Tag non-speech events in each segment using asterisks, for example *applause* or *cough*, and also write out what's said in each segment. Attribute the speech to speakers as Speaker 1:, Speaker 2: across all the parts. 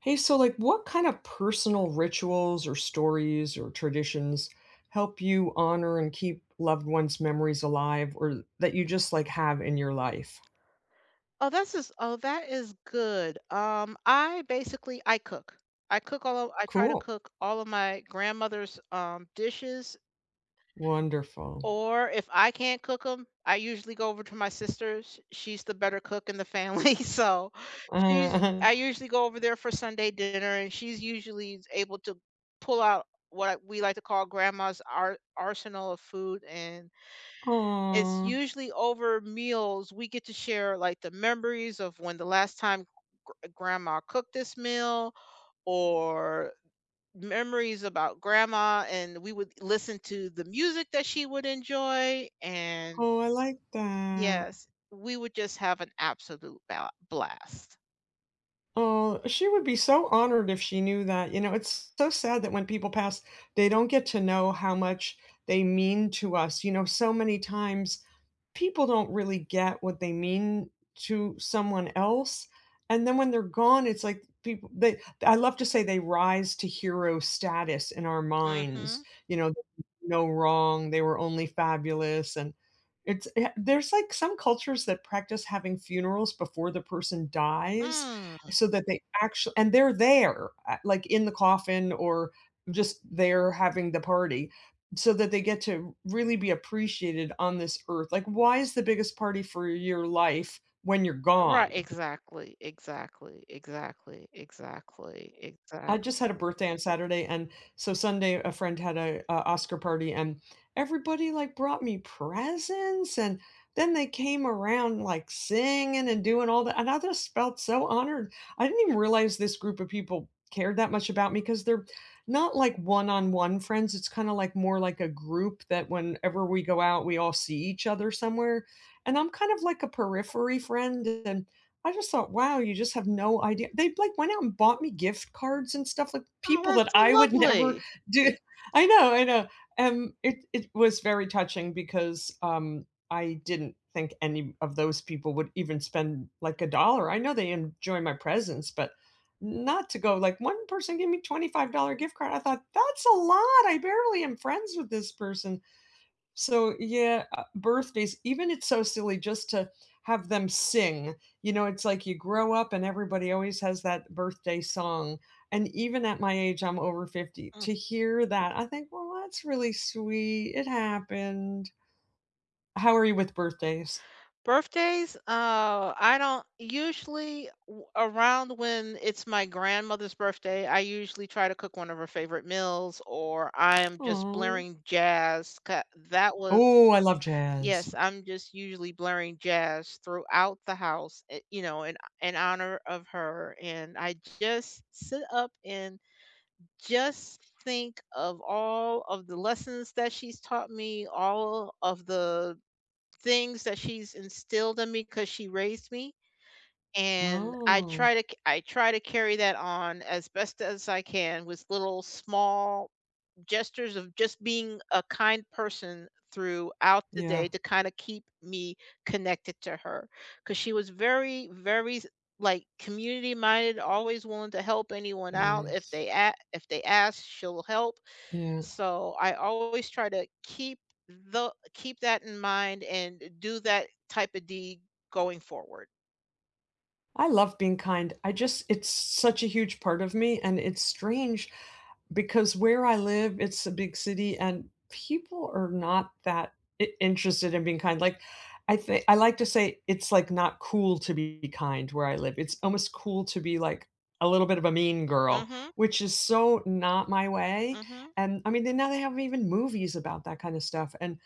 Speaker 1: Hey, so like what kind of personal rituals or stories or traditions help you honor and keep loved ones' memories alive or that you just like have in your life?
Speaker 2: Oh, this is oh, that is good. I basically I cook. I cook all of I try to
Speaker 1: Cool.
Speaker 2: cook all of my grandmother's dishes,
Speaker 1: Wonderful.
Speaker 2: or if I can't cook them, I usually go over to my sister's. She's the better cook in the family, *laughs* so she's
Speaker 1: Uh,
Speaker 2: I usually go over there for Sunday dinner, and she's usually able to pull out what we like to call grandma's arsenal of food, and
Speaker 1: *laughs*
Speaker 2: it's
Speaker 1: aw.
Speaker 2: usually over meals we get to share like the memories of when the last time grandma cooked this meal or memories about grandma, and we would listen to the music that she would enjoy. And
Speaker 1: Oh, I like that.
Speaker 2: yes, we would just have an absolute blast.
Speaker 1: Oh, she would be so honored if she knew that. You know, it's so sad that when people pass, they don't get to know how much they mean to us. You know, so many times people don't really get what they mean to someone else. And then when they're gone, it's like people they I love to say they rise to hero status in our minds.
Speaker 2: Mhm.
Speaker 1: You know, no wrong, they were only fabulous and it's eh, there's like some cultures that practice having funerals before the person dies
Speaker 2: Mm.
Speaker 1: so that they actually and they're there, like, in the coffin or just there having the party so that they get to really be appreciated on this earth. Like, why is the biggest party for your life when you're
Speaker 2: Right,
Speaker 1: gone?
Speaker 2: exactly. Exactly. Exactly. Exactly.
Speaker 1: I
Speaker 2: Exactly.
Speaker 1: just had a birthday on Saturday, and so Sunday a friend had a Oscar party, and everybody like brought me presents, and then they came around like singing and doing all that, and I just felt so honored. I didn't even realize this group of people cared that much about me because they're not like one-on-one friends. It's kind of like more like a group that whenever we go out, we all see each other somewhere, and I'm kind of like a periphery friend, and I just thought, "Wow, you just have no idea." They, like, went out and bought me gift cards and stuff, like,
Speaker 2: Oh,
Speaker 1: people that
Speaker 2: that's so
Speaker 1: I would *laughs* never
Speaker 2: lovely.
Speaker 1: do. I know, I know. It was very touching because, I didn't think any of those people would even spend, like, a dollar. I know they enjoy my presence, but not to go like, one person gave me $25 gift card, I thought, "That's a lot, I barely am friends with this person." So, yeah, birthdays, even it's so silly just to have them sing. You know, it's like you grow up and everybody always has that birthday song. And even at my age, I'm over 50, to hear that, I think, well, that's really sweet. It happened. How are you with birthdays?
Speaker 2: Birthdays, I don't usually w- around when it's my grandmother's birthday, I usually try to cook one of her favorite meals, or I am just
Speaker 1: Oh,
Speaker 2: blaring jazz. That was,
Speaker 1: oh, I love jazz.
Speaker 2: yes, I'm just usually blaring jazz throughout the house, you know, in honor of her. And I just sit up and just think of all of the lessons that she's taught me, all of the things that she's instilled in me because she raised me, and I
Speaker 1: Oh,
Speaker 2: try to c I try to carry that on as best as I can with little small gestures of just being a kind person throughout the
Speaker 1: yeah,
Speaker 2: day to kinda keep me connected to her, because she was very, very community-minded, always willing to help anyone out. if
Speaker 1: nice.
Speaker 2: they a if they ask, she'll help,
Speaker 1: Yeah.
Speaker 2: so I always try to keep that in mind and do that type of deed going forward.
Speaker 1: I love being kind. I just, it's such a huge part of me. And it's strange because where I live, it's a big city, and people are not that I interested in being kind, like, I think I like to say it's, like, not cool to be kind where I live, it's almost cool to be, like, a little bit of a mean girl,
Speaker 2: Mhm.
Speaker 1: which is so not my way,
Speaker 2: Mhm.
Speaker 1: and, I mean, they now they have even movies about that kinda stuff, and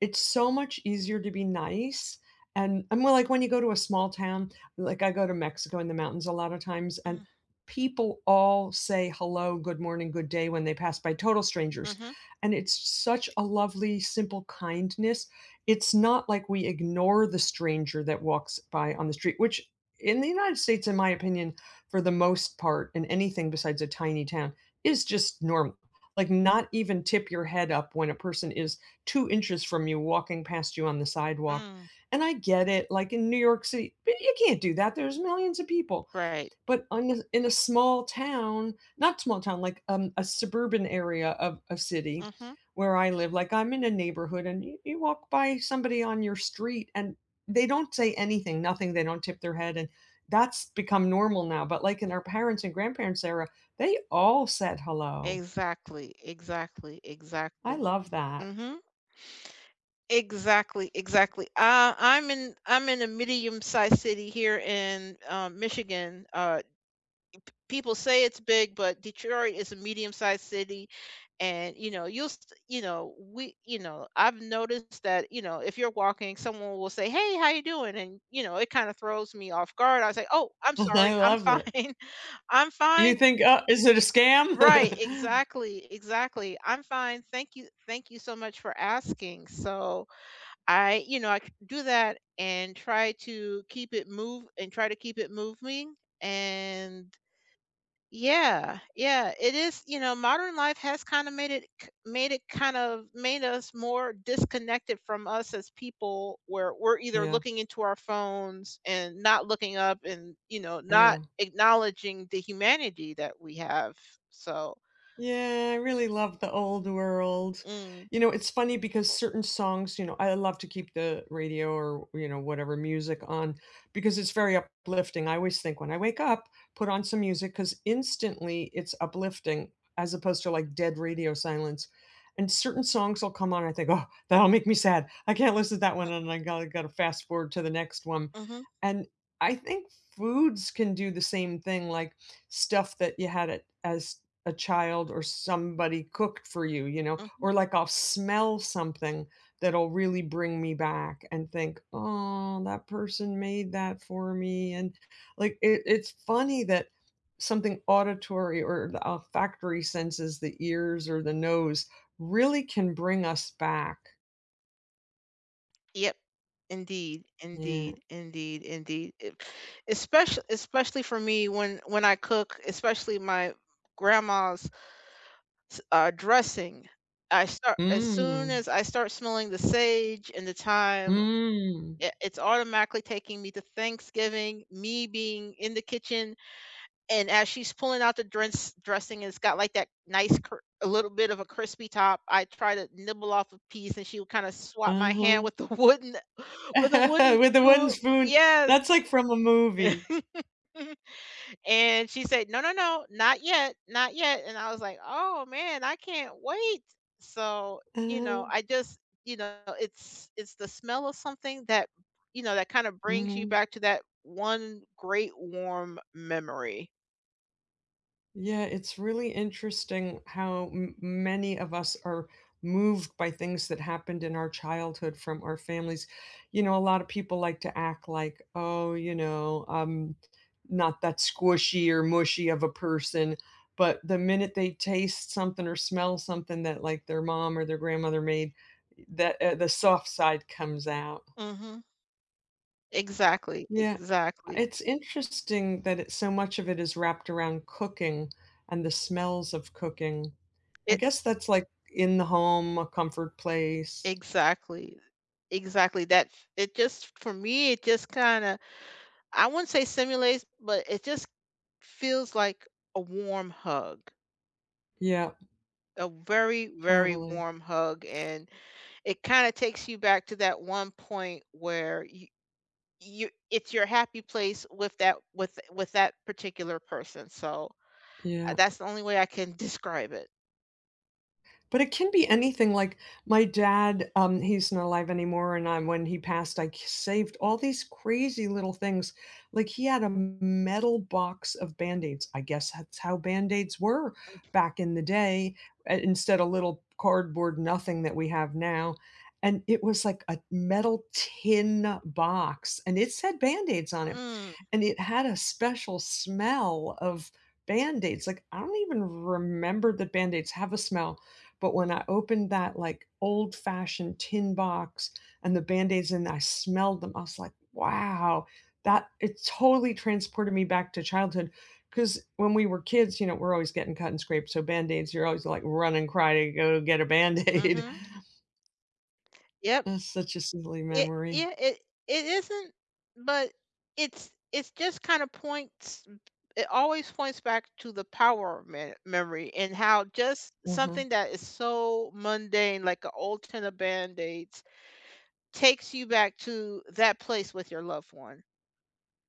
Speaker 1: it's so much easier to be nice, and I'm like, when you go to a small town, like, I go to Mexico in the mountains a lot of times, and
Speaker 2: Mm.
Speaker 1: people all say hello, good morning, good day when they pass by, total strangers,
Speaker 2: Mhm.
Speaker 1: and it's such a lovely, simple kindness. It's not like we ignore the stranger that walks by on the street, which in the United States, in my opinion, for the most part, in anything besides a tiny town, is just normal. Like, not even tip your head up when a person is 2 inches from you walking past you on the sidewalk.
Speaker 2: Mm,
Speaker 1: And I get it, like in New York City, you can't do that. There's millions of people.
Speaker 2: right.
Speaker 1: But on a in a small town, not small town, like, a suburban area of a city
Speaker 2: Mhm.
Speaker 1: where I live, like, I'm in a neighborhood and you walk by somebody on your street and they don't say anything, nothing, they don't tip their head, and that's become normal now, but, like, in our parents' and grandparents' era, they all said hello.
Speaker 2: Exactly. Exactly.
Speaker 1: I
Speaker 2: Exactly.
Speaker 1: love that.
Speaker 2: Mhm. Exactly, exactly. I'm in a medium-sized city here in Michigan. People say it's big, but Detroit is a medium-sized city, and, you know, you know, I've noticed that, you know, if you're walking, someone will say, "Hey, how you doing?" And, you know, it kinda throws me off guard. I say, "Oh, I'm
Speaker 1: *laughs* I
Speaker 2: sorry. I'm
Speaker 1: love
Speaker 2: fine.
Speaker 1: it.
Speaker 2: *laughs* I'm
Speaker 1: You
Speaker 2: fine."
Speaker 1: think, is it a
Speaker 2: Right,
Speaker 1: scam?" *laughs*
Speaker 2: exactly, exactly. "I'm fine. Thank you so much for asking." So, I you know, I c do that and try to keep it moving, and yeah, yeah, it is, you know, modern life has kind of made it k made it kind of made us more disconnected from us as people, where we're either
Speaker 1: Yeah,
Speaker 2: looking into our phones and not looking up and, you know, not
Speaker 1: yeah.
Speaker 2: acknowledging the humanity that we have. So,
Speaker 1: Yeah, I really love the old world.
Speaker 2: mm,
Speaker 1: You know, it's funny because certain songs, you know, I love to keep the radio or, you know, whatever music on because it's very uplifting. I always think when I wake up, put on some music because instantly it's uplifting as opposed to like dead radio silence. And certain songs will come on, I think, oh, that'll make me sad. I can't listen to that one. And I gotta fast forward to the next one.
Speaker 2: mhm,
Speaker 1: And I think foods can do the same thing, like stuff that you had it as a child or somebody cooked for you, you know?
Speaker 2: mhm.
Speaker 1: Or like I'll smell something that'll really bring me back and think, "Oh, that person made that for me." And like it's funny that something auditory or the olfactory senses, the ears or the nose, really can bring us back.
Speaker 2: Yep. Indeed,
Speaker 1: Yeah.
Speaker 2: indeed, indeed, indeed. Especially for me when I cook, especially my grandma's dressing. I start as soon
Speaker 1: Mm.
Speaker 2: as I start smelling the sage and the thyme.
Speaker 1: Mm.
Speaker 2: It's automatically taking me to Thanksgiving, me being in the kitchen, and as she's pulling out the dressing, it's got like that nice, a little bit of a crispy top. I try to nibble off a piece, and she would kind of swap my hand
Speaker 1: Uh-huh.
Speaker 2: with the wooden, *laughs* with a
Speaker 1: *laughs*
Speaker 2: wooden
Speaker 1: With the one
Speaker 2: spoon.
Speaker 1: spoon.
Speaker 2: Yes.
Speaker 1: That's like from a movie.
Speaker 2: *laughs* And she said, "No, no, no, not yet, not yet." And I was like, "Oh man, I can't wait." So, you know,
Speaker 1: Uh-huh.
Speaker 2: it's the smell of something that, you know, that kind of brings you
Speaker 1: Mhm.
Speaker 2: back to that one great warm memory.
Speaker 1: Yeah, it's really interesting how many of us are moved by things that happened in our childhood from our families. You know, a lot of people like to act like, oh, you know, not that squishy or mushy of a person. But the minute they taste something or smell something that like their mom or their grandmother made, that the soft side comes out.
Speaker 2: Mhm. Exactly,
Speaker 1: Yeah.
Speaker 2: exactly.
Speaker 1: It's interesting that it, so much of it is wrapped around cooking and the smells of cooking. I
Speaker 2: It
Speaker 1: guess that's, like, in the home, a comfort place.
Speaker 2: exactly. Exactly. It just for me it just kind of I wouldn't say simulates, but it just feels like a warm hug.
Speaker 1: Yeah,
Speaker 2: A very, very
Speaker 1: totally.
Speaker 2: warm hug, and it kinda takes you back to that one point where you it's your happy place with that particular person, so,
Speaker 1: Yeah.
Speaker 2: that's the only way I can describe it.
Speaker 1: But it can be anything, like, my dad, he's not alive anymore, and I when he passed, I saved all these crazy little things. Like, he had a metal box of Band-Aids. I guess that's how Band-Aids were back in the day, I instead of little cardboard nothing that we have now, and it was, like, a metal tin box, and it said Band-Aids on it.
Speaker 2: Mm,
Speaker 1: And it had a special smell of Band-Aids, like, I don't even remember that Band-Aids have a smell, but when I opened that, like, old-fashioned tin box and the Band-Aids and I smelled them, I was like, "Wow." That it totally transported me back to childhood. Because when we were kids, you know, we're always getting cut and scraped, so Band-Aids, you're always, like, run and cry to go get a Band-Aid. *laughs*
Speaker 2: mhm. Yep.
Speaker 1: That's such a silly
Speaker 2: It
Speaker 1: memory.
Speaker 2: yeah, it it isn't, but it's just kinda points it always points back to the power of me memory and how just
Speaker 1: Mhm.
Speaker 2: something that is so mundane, like an old tin of Band-Aids, takes you back to that place with your loved one.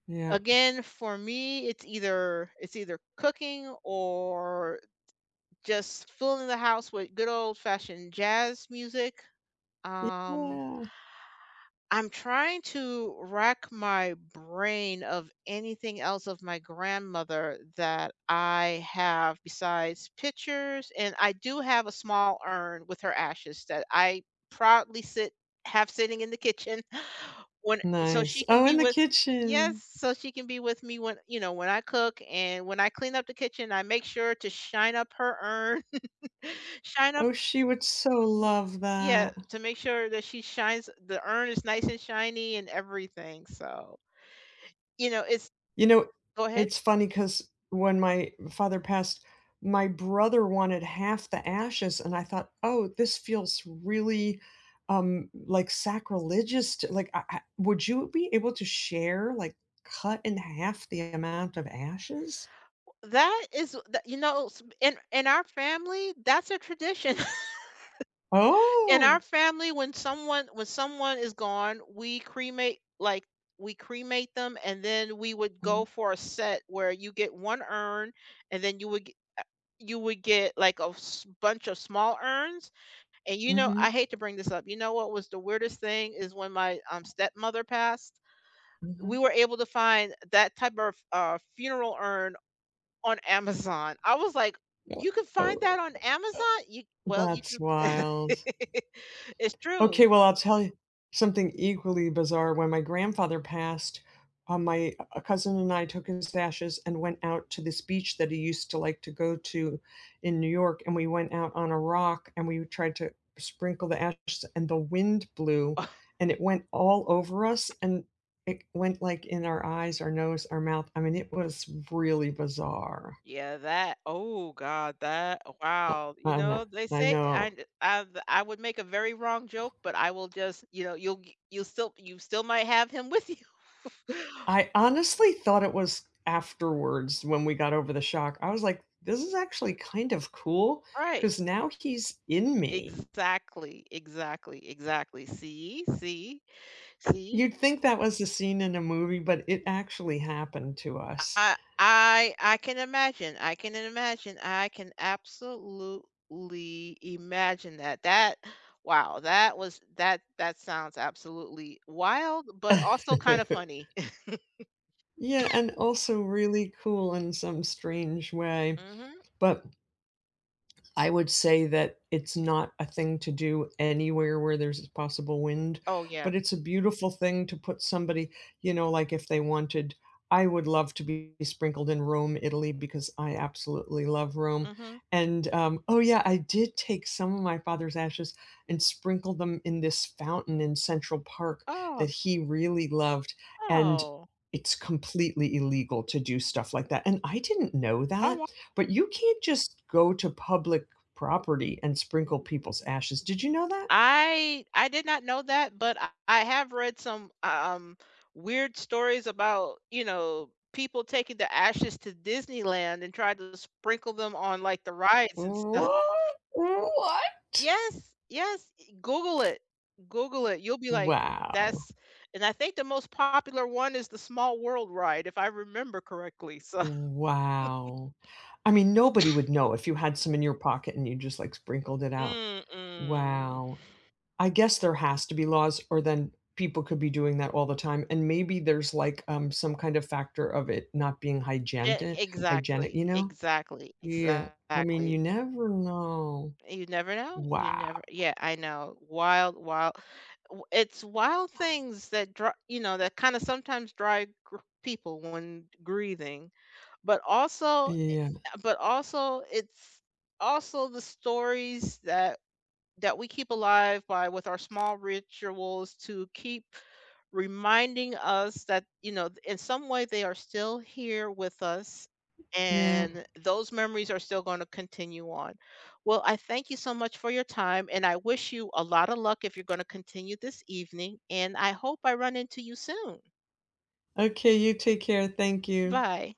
Speaker 1: Yeah.
Speaker 2: Again, for me, it's either cooking or just filling the house with good old fashioned jazz music. Um
Speaker 1: Yeah.
Speaker 2: I'm trying to rack my brain of anything else of my grandmother that I have besides pictures, and I do have a small urn with her ashes that I proudly sit have sitting in the kitchen *laughs* when so
Speaker 1: Nice.
Speaker 2: she can
Speaker 1: Oh,
Speaker 2: be
Speaker 1: in the
Speaker 2: with yes,
Speaker 1: kitchen.
Speaker 2: so she can be with me when, you know, when I cook, and when I clean up the kitchen, I make sure to shine up her urn, *laughs* shine up
Speaker 1: Oh, she would so
Speaker 2: W
Speaker 1: love
Speaker 2: yeah,
Speaker 1: that.
Speaker 2: to make sure that she shines the urn is nice and shiny and everything, so, you know, it's
Speaker 1: You know,
Speaker 2: Go ahead.
Speaker 1: it's funny because when my father passed, my brother wanted half the ashes, and I thought, "Oh, this feels really, like, sacrilegious to like, I would you be able to share, like, cut in half the amount of ashes?"
Speaker 2: That is that you know, s in our family, that's a tradition. *laughs* In our
Speaker 1: "Oh!"
Speaker 2: family, when someone is gone, we cremate. We cremate them, and then we would
Speaker 1: Mm,
Speaker 2: go for a set where you get one urn, and then you would get, like, a s bunch of small urns. And you know, I
Speaker 1: mhm,
Speaker 2: hate to bring this up. You know what was the weirdest thing is when my stepmother passed, we
Speaker 1: mhm.
Speaker 2: were able to find that type of funeral urn on Amazon. I was like,
Speaker 1: Oh,
Speaker 2: you can
Speaker 1: oh,
Speaker 2: find that on
Speaker 1: uh,
Speaker 2: Amazon? You Well, you
Speaker 1: that's
Speaker 2: can.
Speaker 1: wild.
Speaker 2: *laughs* It's true.
Speaker 1: Okay, well, I'll tell you something equally bizarre. When my grandfather passed, my a cousin and I took his ashes and went out to this beach that he used to like to go to in New York. And we went out on a rock and we tried to sprinkle the ashes, and the wind blew
Speaker 2: *laughs*
Speaker 1: and it went all over us and it went like in our eyes, our nose, our mouth. I mean, it was really bizarre.
Speaker 2: Yeah, that. Oh God, that.
Speaker 1: Uh,
Speaker 2: Wow. You
Speaker 1: I know.
Speaker 2: know, they
Speaker 1: I
Speaker 2: say
Speaker 1: know.
Speaker 2: I would make a very wrong joke, but I will just, you know, you still might have him with you.
Speaker 1: I honestly thought it was afterwards when we got over the shock. I was like, "This is actually kind of cool
Speaker 2: *laughs* Right.
Speaker 1: because now he's in me."
Speaker 2: Exactly, exactly, exactly. See, see, see.
Speaker 1: You'd think that was a scene in a movie, but it actually happened to us.
Speaker 2: I can imagine. I can imagine. I can absolutely imagine that. That was that sounds absolutely wild, but also kind of
Speaker 1: *laughs*
Speaker 2: funny.
Speaker 1: Yeah, and also really cool in some strange way,
Speaker 2: *laughs* Hmm.
Speaker 1: but I would say that it's not a thing to do anywhere where there's possible wind,
Speaker 2: Oh yeah.
Speaker 1: but it's a beautiful thing to put somebody, you know, like if they wanted I would love to be sprinkled in Rome, Italy, because I absolutely love Rome,
Speaker 2: Hmm.
Speaker 1: and, um oh, yeah, I did take some of my father's ashes and sprinkle them in this fountain in Central Park that
Speaker 2: Oh,
Speaker 1: he really loved, and
Speaker 2: oh.
Speaker 1: it's completely illegal to do stuff like that, and I didn't know
Speaker 2: Oh,
Speaker 1: that, but you can't just go to public property and sprinkle people's ashes. Did you know that?
Speaker 2: I did not know that, but I have read some weird stories about, you know, people taking the ashes to Disneyland and tried to sprinkle them on like the rides and stuff. *laughs*
Speaker 1: What? What?
Speaker 2: Yes, yes. Google it. Google it. You'll be like,
Speaker 1: Wow.
Speaker 2: that's and I think the most popular one is the Small World ride, if I remember correctly. So *laughs*
Speaker 1: Wow. I mean, nobody would know if you had some in your pocket and you just like sprinkled it out.
Speaker 2: Mm-mm.
Speaker 1: Wow. I guess there has to be laws, or then people could be doing that all the time. And maybe there's like some kind of factor of it not being
Speaker 2: Yeah,
Speaker 1: hygienic,
Speaker 2: exactly,
Speaker 1: you know?
Speaker 2: exactly,
Speaker 1: Yeah. I mean,
Speaker 2: exactly.
Speaker 1: you never know.
Speaker 2: You never know. You
Speaker 1: Wow.
Speaker 2: never yeah, I know. Wild, wild, it's wild things that dri you know, that kind of sometimes drive gr people when grieving, but also
Speaker 1: Yeah.
Speaker 2: but also it's also the stories that we keep alive by with our small rituals to keep reminding us that, you know, in some way they are still here with us,
Speaker 1: Yeah.
Speaker 2: and those memories are still going to continue on. Well, I thank you so much for your time, and I wish you a lot of luck if you're going to continue this evening. And I hope I run into you soon.
Speaker 1: Okay, you take care. Thank you.
Speaker 2: Bye.